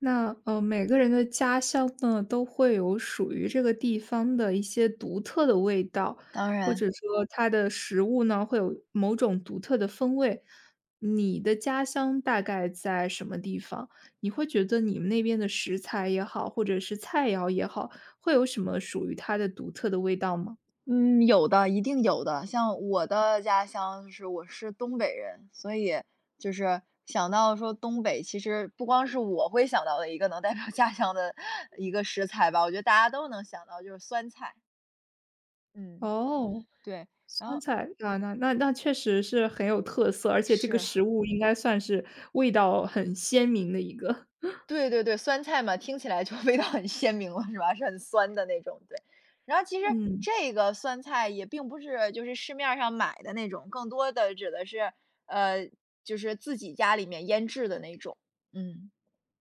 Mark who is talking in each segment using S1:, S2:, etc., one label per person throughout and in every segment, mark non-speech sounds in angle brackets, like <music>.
S1: 那每个人的家乡呢，都会有属于这个地方的一些独特的味道，
S2: 当
S1: 或
S2: 然，
S1: 者说它的食物呢，会有某种独特的风味。你的家乡大概在什么地方？你会觉得你们那边的食材也好，或者是菜肴也好，会有什么属于它的独特的味道吗？
S2: 嗯，有的，一定有的。像我的家乡，就是我是东北人，所以就是想到说东北，其实不光是我会想到的一个能代表家乡的一个食材吧，我觉得大家都能想到，就是酸菜。嗯，
S1: 哦，
S2: 对，然
S1: 酸
S2: 后
S1: 菜啊，那确实是很有特色，而且这个
S2: 是。
S1: 食物应该算是味道很鲜明的一个。
S2: 对对对，酸菜嘛，听起来就 <laughs> 味道很鲜明了，是吧？是很酸的那种，对。然后其实
S1: <laughs> 嗯。
S2: 这个酸菜也并不是就是市面儿上买的那种，更多的指的是，呃，就是自己家里面腌制的那种，嗯。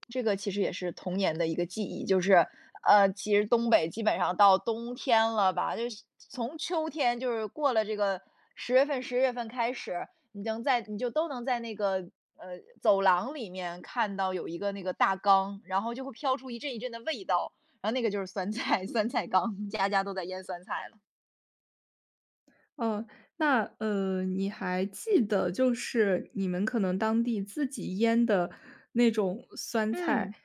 S2: 这个其实也是童年的一个记忆，就是，其实东北基本上到冬天了吧，就是从秋天就是过了这个十月份、十一月份开始，你能在你就都能在那个，走廊里面看到有一个那个大缸，然后就会飘出一阵一阵的味道，然后那个就是酸菜 <laughs> 酸菜缸，家家都在腌酸菜了。
S1: 哦，那，你还记得就是你们可能当地自己腌的那种酸菜，
S2: 嗯。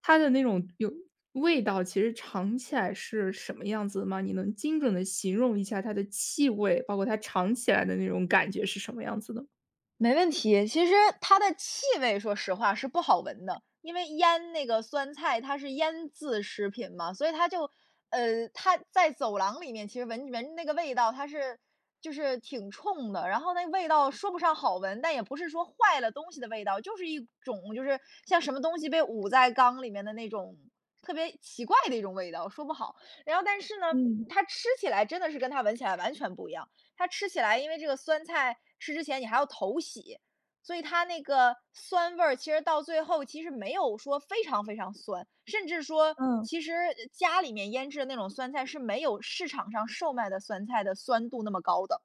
S1: 它的那种有味道其实尝起来是什么样子的吗？你能精准的形容一下它的气味，包括它尝起来的那种感觉是什么样子的吗？
S2: 没问题，其实它的气味说实话是不好闻的，因为腌那个酸菜它是腌制食品嘛，所以它就，它在走廊里面其实闻闻那个味道，它是就是挺冲的，然后那味道说不上好闻，但也不是说坏了东西的味道，就是一种就是像什么东西被捂在缸里面的那种特别奇怪的一种味道，说不好。然后但是呢，
S1: 嗯，
S2: 它吃起来真的是跟它闻起来完全不一样。它吃起来，因为这个酸菜吃之前你还要头洗，所以它那个酸味儿其实到最后其实没有说非常非常酸，甚至说
S1: 嗯。
S2: 其实家里面腌制的那种酸菜是没有市场上售卖的酸菜的酸度那么高的，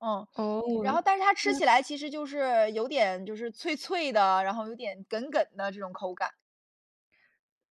S2: 嗯。然
S1: 哦，
S2: 后，但是它吃起来其实就是有点就是脆脆的，然后有点梗梗的这种口感。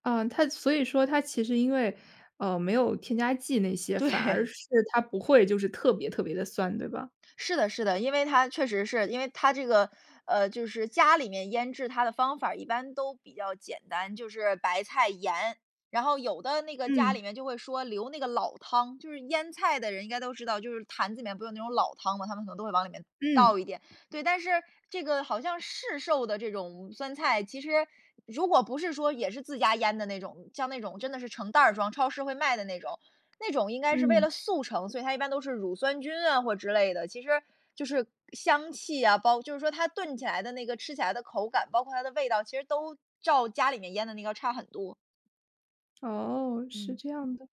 S1: 啊，它所以说它其实因为没有添加剂那些，反而
S2: 对，
S1: 是它不会就是特别特别的酸，对吧？
S2: 是的是的，因为它确实是因为它这个，就是家里面腌制它的方法儿一般都比较简单，就是白菜、盐，然后有的那个家
S1: 嗯，
S2: 里面就会说留那个老汤，就是腌菜的人应该都知道，就是坛子里面不有那种老汤嘛，他们可能都会往里面
S1: 嗯，
S2: 倒一点。对，但是这个好像市售的这种酸菜，其实如果不是说也是自家腌的那种，像那种真的是成袋儿装，超市会卖的那种，那种应该是为
S1: 嗯。
S2: 了速成，所以它一般都是乳酸菌啊或之类的，其实就是香气啊，包就是说它炖起来的那个吃起来的口感，包括它的味道，其实都照家里面腌的那个差很多。
S1: 哦，是
S2: 嗯。
S1: 这样的。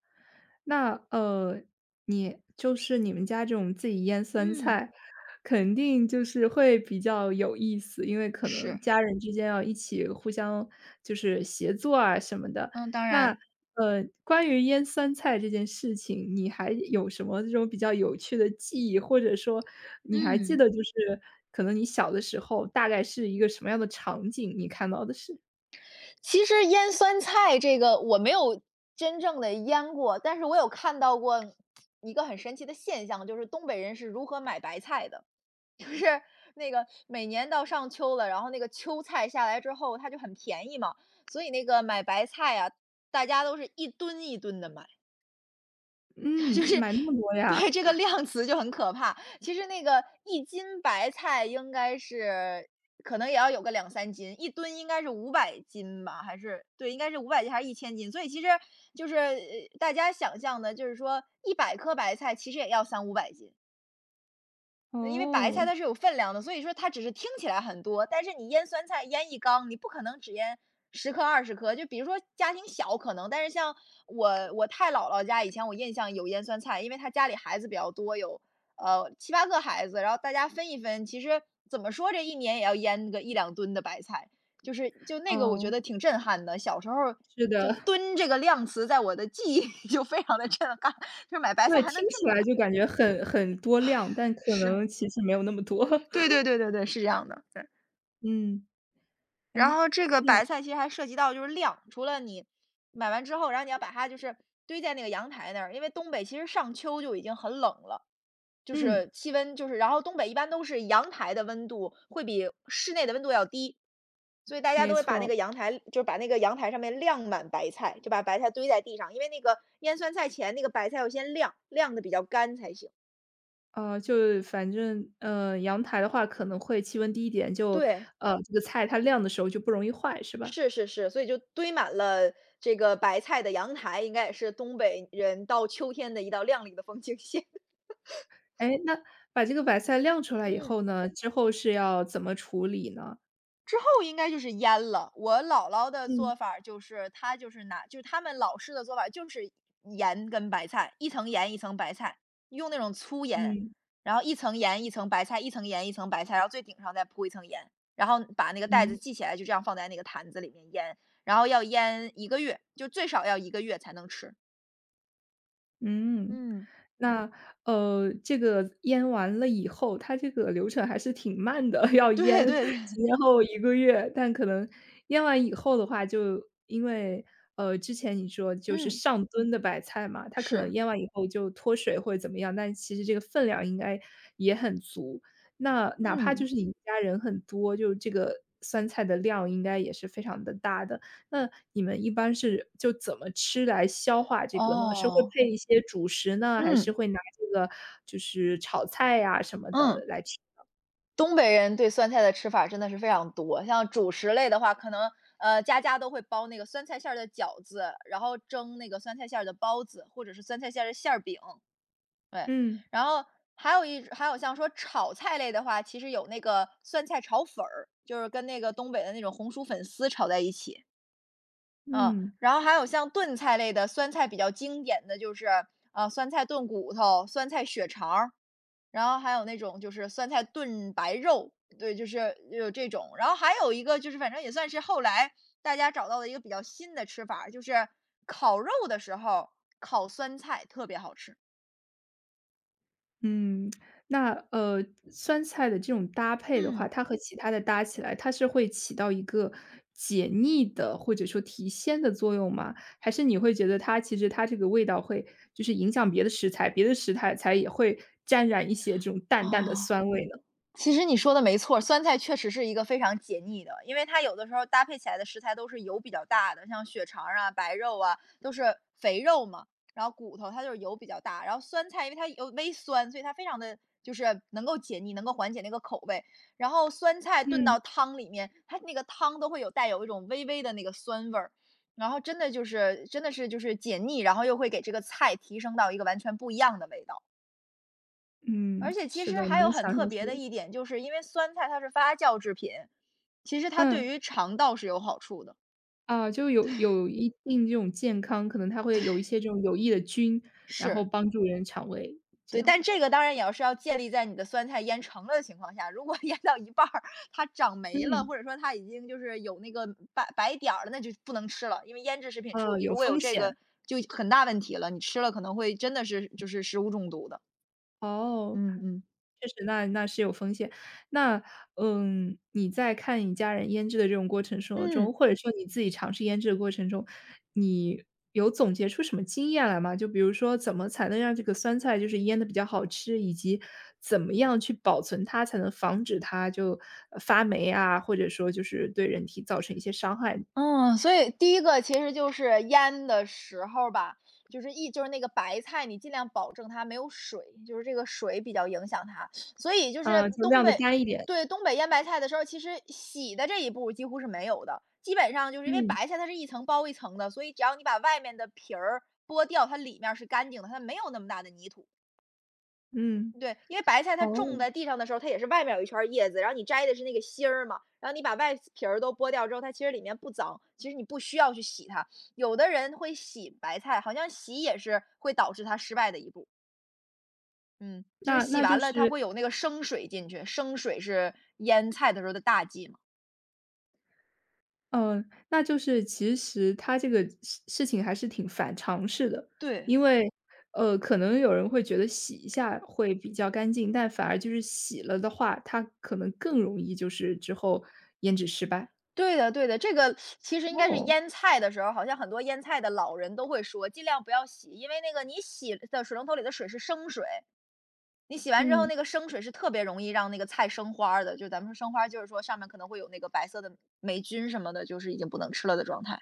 S1: 那你就是你们家这种自己腌酸
S2: 嗯，
S1: 菜，肯定就是会比较有意思，因为可能
S2: 是。
S1: 家人之间要一起互相就是协作啊什么的。
S2: 嗯，当
S1: 那
S2: 然。
S1: 关于腌酸菜这件事情，你还有什么这种比较有趣的记忆，或者说你还记
S2: 嗯。
S1: 得就是可能你小的时候大概是一个什么样的场景，你看到的是
S2: 其实腌酸菜这个我没有真正的腌过，但是我有看到过一个很神奇的现象，就是东北人是如何买白菜的。那个每年到上秋了，然后那个秋菜下来之后，它就很便宜嘛，所以那个买白菜啊，大家都是一吨一吨的买，<laughs> 就
S1: 嗯，
S2: 是
S1: 买那么多
S2: 对
S1: 呀？
S2: 这个量词就很可怕。其实那个一斤白菜应该是可能也要有个两三斤，一吨应该是五百斤吧，还是对，应该是五百斤还是一千斤？所以其实就是大家想象的，就是说一百颗白菜其实也要三五百斤。因为白菜
S1: 哦。
S2: 它是有分量的，所以说它只是听起来很多，但是你腌酸菜腌一缸，你不可能只腌十0颗、20颗，就比如说家庭小可能，但是像我太姥姥家以前我印象有腌酸菜，因为她家里孩子比较多，有，七八个孩子，然后大家分一分，其实怎么说这一年也要腌个一两吨的白菜，就是就那个我觉
S1: 哦，
S2: 得挺震撼的，小时候
S1: 是
S2: 就
S1: 的。<laughs>
S2: “吨”这个量词在我的记忆里就非常的震撼，就是买白菜
S1: 对，
S2: 还能
S1: 听
S2: 这
S1: 起
S2: 么
S1: 来
S2: 买，
S1: 就感觉很多量，但可
S2: 是，
S1: 能其实没有那么多。<laughs>
S2: 对对对对对，是这样的，对。
S1: 嗯，哎，
S2: 然后这个
S1: 那
S2: 白菜其实还涉及到就是晾，除了你买完之后，然后你要把它就是堆在那个阳台那儿，因为东北其实上秋就已经很冷了，就
S1: 嗯，
S2: 是气温就是，然后东北一般都是阳台的温度会比室内的温度要低，所以大家都
S1: 没
S2: 会把那
S1: 错。
S2: 个阳台，就是把那个阳台上面晾满白菜，就把白菜堆在地上，因为那个腌酸菜前那个白菜要先晾，晾的比较干才行。
S1: 就反正，阳台的话可能会气温低一点，就
S2: 对。
S1: 这个菜它晾的时候就不容易坏，是吧？
S2: 是是是，所以就堆满了这个白菜的阳台，应该也是东北人到秋天的一道亮丽的风景线。<laughs>
S1: 哎，那把这个白菜晾出来以
S2: 嗯，
S1: 后呢，之后是要怎么处理呢？
S2: 之后应该就是腌了。我姥姥的
S1: 嗯，
S2: 做法儿就是，她就是拿，就是他们老式的做法儿就是盐跟白菜，一层盐一层白菜，用那种粗盐，
S1: 嗯，
S2: 然后一层盐一层白菜，一层盐一层白菜，然后最顶上再铺一层盐，然后把那个袋
S1: 嗯，
S2: 子系起来，就这样放在那个坛子里面腌，然后要腌一个月，就最少要一个月才能吃。
S1: 嗯。
S2: 嗯。
S1: 那，这个腌完了以后，它这个流程还是挺慢的，<laughs> 要
S2: 对对
S1: 腌
S2: 对，
S1: 几年后一个月。但可能腌完以后的话，就因为，之前你说就是
S2: 嗯，
S1: 上吨的白菜嘛，它可能
S2: 是，
S1: 腌完以后就脱水或者怎么样，但其实这个分量应该也很足。那哪怕
S2: 嗯，
S1: 就是你们家人很多，就这个酸菜的量应该也是非常的大的。那你们一般是就怎么吃来消化这个呢？是会
S2: 哦，
S1: 配一些主食呢，还是
S2: 嗯，
S1: 会拿这个就是炒菜呀什么
S2: 嗯，
S1: 的来吃？
S2: 东北人对酸菜的吃法真的是非常多，像主食类的话，可能，家家都会包那个酸菜馅儿的饺子，然后蒸那个酸菜馅儿的包子，或者是酸菜馅儿的馅儿饼，对。
S1: 嗯，
S2: 然后还有像说炒菜类的话，其实有那个酸菜炒粉儿，就是跟那个东北的那种红薯粉丝炒在一起。嗯，
S1: 嗯，
S2: 然后还有像炖菜类的，酸菜比较经典的就是，酸菜炖骨头、酸菜血肠儿，然后还有那种就是酸菜炖白肉，对，就是有这种。然后还有一个就是，反正也算是后来大家找到的一个比较新的吃法儿，就是烤肉的时候烤酸菜特别好吃。
S1: 嗯，那，酸菜的这种搭配的话，
S2: 嗯。
S1: 它和其他的搭起来，它是会起到一个解腻的或者说提鲜的作用吗？还是你会觉得它其实它这个味道会就是影响别的食材，别的食材才也会沾染一些这种淡淡的
S2: 哦。
S1: 酸味呢？
S2: 其实你说的没错，酸菜确实是一个非常解腻的，因为它有的时候搭配起来的食材都是油比较大的，像血肠啊、白肉啊，都是肥肉嘛，然后骨头它就是油比较大，然后酸菜因为它有微酸，所以它非常的就是能够解腻，能够缓解那个口味。然后酸菜炖
S1: 嗯。
S2: 到汤里面，它那个汤都会有带有一种微微的那个酸味儿，然后真的就是真的是就是解腻，然后又会给这个菜提升到一个完全不一样的味道。
S1: 嗯，
S2: 而且其
S1: 是的，
S2: 实还有
S1: 能
S2: 很
S1: 想
S2: 特
S1: 象
S2: 别的
S1: 出
S2: 一点，就是因为酸菜它是发酵制品，其实它对
S1: 嗯，
S2: 于肠道是有好处的。
S1: 啊，就有一定这种健康，可能它会有一些这种有益的菌，然后
S2: 是。
S1: 帮助人肠胃，这
S2: 对，
S1: 样。
S2: 但这个当然也要是要建立在你的酸菜腌成了的情况下，如果 <laughs> 腌到一半儿它长霉了，
S1: 嗯，
S2: 或者说它已经就是有那个白白点儿了，那就不能吃了。因为腌制食品出
S1: 啊，有
S2: 如果有
S1: 风
S2: 这
S1: 险，
S2: 个就很大问题了，你吃了可能会真的是就是食物中毒的。
S1: 哦。
S2: 嗯嗯。
S1: 确实，那是有风险。那，嗯，你在看你家人腌制的这种过程说中，
S2: 嗯。
S1: 或者说你自己尝试腌制的过程中，你有总结出什么经验来吗？就比如说怎么才能让这个酸菜就是腌的比较好吃，以及怎么样去保存它才能防止它就，发霉啊，或者说就是对人体造成一些伤害。
S2: 嗯，所以第一个其实就是腌的时候吧，就是一就是那个白菜，你尽量保证它没有水，就是这个水比较影响它。所以就是
S1: 嗯，就
S2: 东
S1: 晾的
S2: 北
S1: 干一点。
S2: 对，东北腌白菜的时候，其实洗的这一步几乎是没有的。基本上就是因为
S1: 嗯，
S2: 白菜它是一层包一层的，所以只要你把外面的皮儿剥掉，它里面儿是干净的，它没有那么大的泥土。
S1: 嗯，
S2: 对，因为白菜它
S1: 哦，
S2: 种在地上的时候，它也是外面有一圈儿叶子，然后你摘的是那个芯儿嘛，然后你把外皮儿都剥掉之后，它其实里面不脏，其实你不需要去洗它。有的人会洗白菜，好像洗也是会导致它失败的一步。嗯，就是
S1: 那
S2: 洗
S1: 那就
S2: 完了它
S1: 是
S2: 会有那个生水进去，生水是腌菜的时候的大忌嘛。
S1: 嗯，那就是其实它这个事情还是挺反常识的，
S2: 对，
S1: 因为，可能有人会觉得洗一下会比较干净，但反而就是洗了的话，它可能更容易就是之后胭脂失败。
S2: 对的，这个其实应该是
S1: 哦，
S2: 腌菜的时候，好像很多腌菜的老人都会说，尽量不要洗，因为那个你洗的水龙头里的水是生水，你洗完之后，
S1: 嗯，
S2: 那个生水是特别容易让那个菜生花儿的，就咱们说生花儿就是说上面可能会有那个白色的霉菌什么的，就是已经不能吃了的状态。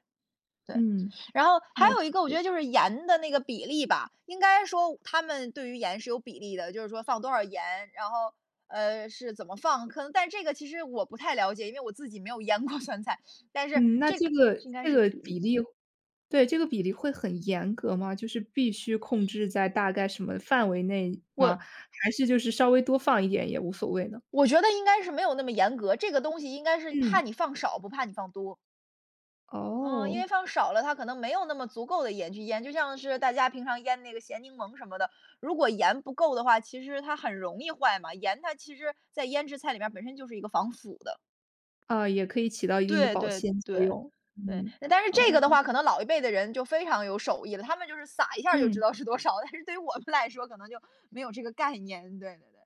S2: 对，
S1: 嗯，
S2: 然后还
S1: 那
S2: 有
S1: 就
S2: 一个，我觉
S1: 是，
S2: 得就是盐的那个比例吧，应该说他们对于盐是有比例的，就是说放多少盐，然后是怎么放，可能但这个其实我不太了解，因为我自己没有腌过酸菜，但是
S1: 嗯，那
S2: 这
S1: 这
S2: 个
S1: 个
S2: 应该是有比
S1: 比
S2: 例，
S1: 例对，这个比例会很严格吗？就是必须控制在大概什么范围内吗？
S2: 我
S1: 还是就是稍微多放一点也无所谓呢？
S2: 我觉得应该是没有那么严格，这个东西应该是怕
S1: 嗯，
S2: 你放少，不怕你放多。嗯，因
S1: 哦。
S2: 为放少了，它可能没有那么足够的盐去腌，就像是大家平常腌那个咸柠檬什么的，如果盐不够的话，其实它很容易坏嘛。盐它其实在腌制菜里面本身就是一个防腐的。
S1: 啊，也可以起到一定的
S2: 对
S1: 保
S2: 对
S1: 鲜作
S2: 对，
S1: 用。
S2: 对，
S1: 嗯，
S2: 但是
S1: 好
S2: 这
S1: 的，
S2: 个的话，可能老一辈的人就非常有手艺了，他们就是撒一下儿就知
S1: 嗯，
S2: 道是多少，<laughs> 但是对于我们来说，可能就没有这个概念，对对对。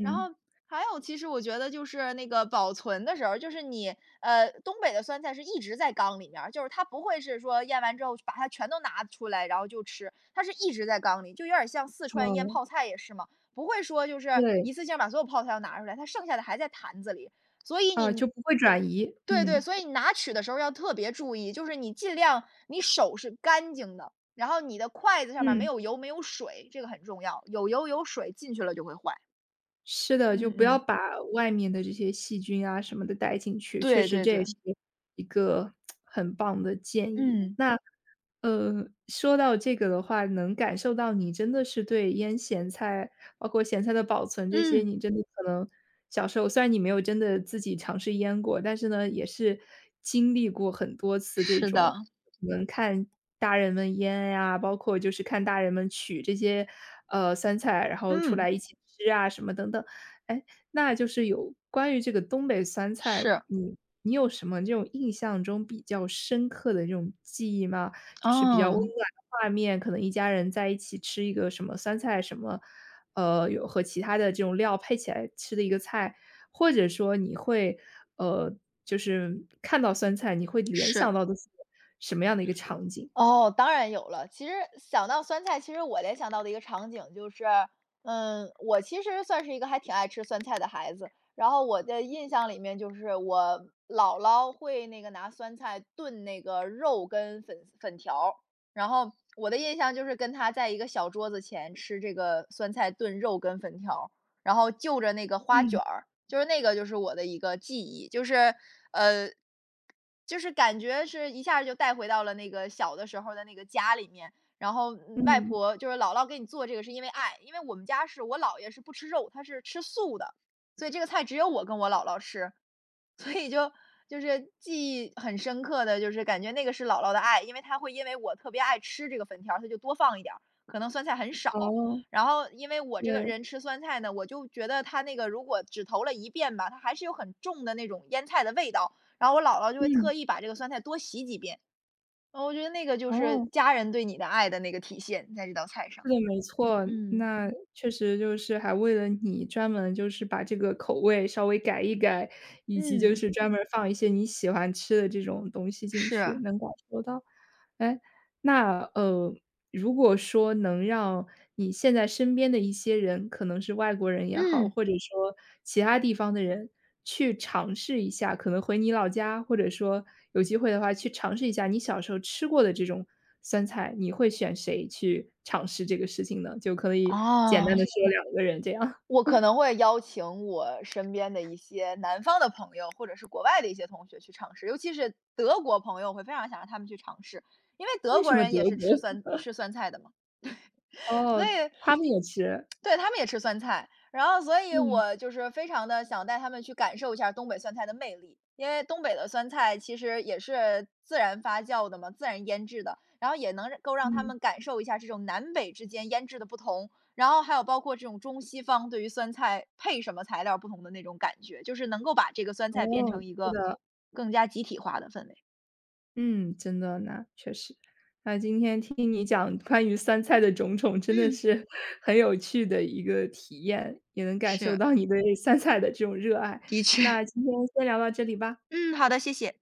S2: 然后还有，其实我觉得就是那个保存的时候就是东北的酸菜是一直在缸里面儿，就是它不会是说腌完之后把它全都拿出来，然后就吃，它是一直在缸里，就有点儿像四川腌
S1: 哦，
S2: 泡菜也是嘛，不会说就是
S1: 对，
S2: 一次性把所有泡菜都拿出来，它剩下的还在坛子里。所以
S1: 啊，
S2: 你
S1: 就不会转移，
S2: 对对，
S1: 嗯，
S2: 所以你拿取的时候要特别注意，就是你尽量你手是干净的，然后你的筷子上面没
S1: 嗯，
S2: 有油没有水，这个很重要，有油有水进去了就会坏。
S1: 是的，就
S2: 嗯
S1: 不要
S2: 嗯，
S1: 把外面的这些细菌啊什么的带进去，确
S2: 对
S1: 实
S2: 对
S1: 这也
S2: 对，
S1: 是一个很棒的建议。
S2: 嗯
S1: 那，说到这个的话，能感受到你真的是对腌咸菜包括咸菜的保存这些，
S2: 嗯，嗯，
S1: 你真的可能小时候虽然你没有真的自己尝试腌过，但是呢，也是经历过很多次这
S2: 是
S1: 种，
S2: 的，
S1: 能看大人们腌呀，包括就是看大人们取这些，酸菜，然后出
S2: 嗯。
S1: 来一起吃啊什么等等。哎，那就是有关于这个东北酸菜，
S2: 是，
S1: 你有什么这种印象中比较深刻的这种记忆吗？就是比较温暖
S2: 嗯，
S1: 的画面，可能一家人在一起吃一个什么酸菜什么，有和其他的这种料配起来吃的一个菜，或者说你会，呃，就是看到酸菜，你会联想
S2: 是。
S1: 到的是什么样的一个场景？
S2: 哦，当然有了。其实想到酸菜，其实我联想到的一个场景就是，嗯，我其实算是一个还挺爱吃酸菜的孩子。然后我的印象里面就是我姥姥会那个拿酸菜炖那个肉跟粉条儿，然后我的印象就是跟他在一个小桌子前吃这个酸菜炖肉跟粉条儿，然后就着那个花卷
S1: 嗯，
S2: 儿，就是那个就是我的一个记忆，呃，就是感觉是一下就带回到了那个小的时候的那个家里面。然后嗯外
S1: 嗯，
S2: 婆就是姥姥给你做这个是因为爱，因为我们家是我姥爷是不吃肉，他是吃素的，所以这个菜只有我跟我姥姥吃。所以就就是记忆很深刻的，就是感觉那个是姥姥的爱，因为她会因为我特别爱吃这个粉条儿，她就多放一点儿，可能酸菜很少。
S1: 哦，
S2: 然后因为我这个
S1: 对，
S2: 人吃酸菜呢，我就觉得它那个如果只投了一遍吧，它还是有很重的那种腌菜的味道。然后我姥姥就会
S1: 嗯，
S2: 特意把这个酸菜多洗几遍。嗯，我觉得那个就是
S1: 哦。
S2: 家人对你的爱的那个体现，在这道菜上。
S1: 是的，没错。
S2: 嗯
S1: 那确实就是还为了你专门就是把这个口味稍微改一改，以及就
S2: 嗯。嗯，
S1: 是专门儿放一些你喜欢吃的这种东西进去，
S2: 是。
S1: 能感受到。哎，那如果说能让你现在身边的一些人，可能是外国人也好，
S2: 嗯。
S1: 或者说其他地方的人去尝试一下，可能回你老家，或者说有机会的话去尝试一下你小时候吃过的这种酸菜，你会选谁去尝试这个事情呢？就可以简单
S2: 哦。
S1: 的说两个人这样。
S2: 我可能会邀请我身边的一些南方的朋友，或者是国外的一些同学去尝试，尤其是德国朋友，我会非常想让他们去尝试，因为
S1: <laughs> 为
S2: 德
S1: 什
S2: 国
S1: 么
S2: 人
S1: 德
S2: 也是
S1: 国？
S2: 吃酸菜的嘛。
S1: <laughs>
S2: 所
S1: 哦，
S2: 以
S1: 他们也吃，
S2: 对，他们也吃酸菜，然后所以
S1: 嗯，
S2: 我就是非常的想带他们去感受一下东北酸菜的魅力。因为东北的酸菜其实也是自然发酵的嘛，自然腌制的，然后也能够让他
S1: 嗯，
S2: 们感受一下这种南北之间腌制的不同，然后还有包括这种中西方对于酸菜配什么材料不同的那种感觉，就是能够把这个酸菜变
S1: 哦，
S2: 成一
S1: 是
S2: 个
S1: 的。
S2: 更加集体化的氛围。
S1: 嗯，真的那确实。那今天听你讲关于酸菜的种种，真的
S2: 嗯，
S1: 是 <laughs> 很有趣的一个体验，也能感受
S2: 是，
S1: 到你对酸菜的这种热爱。
S2: 的确。
S1: 那
S2: <laughs>
S1: 今天先聊到这里吧。
S2: 嗯，好的，谢谢。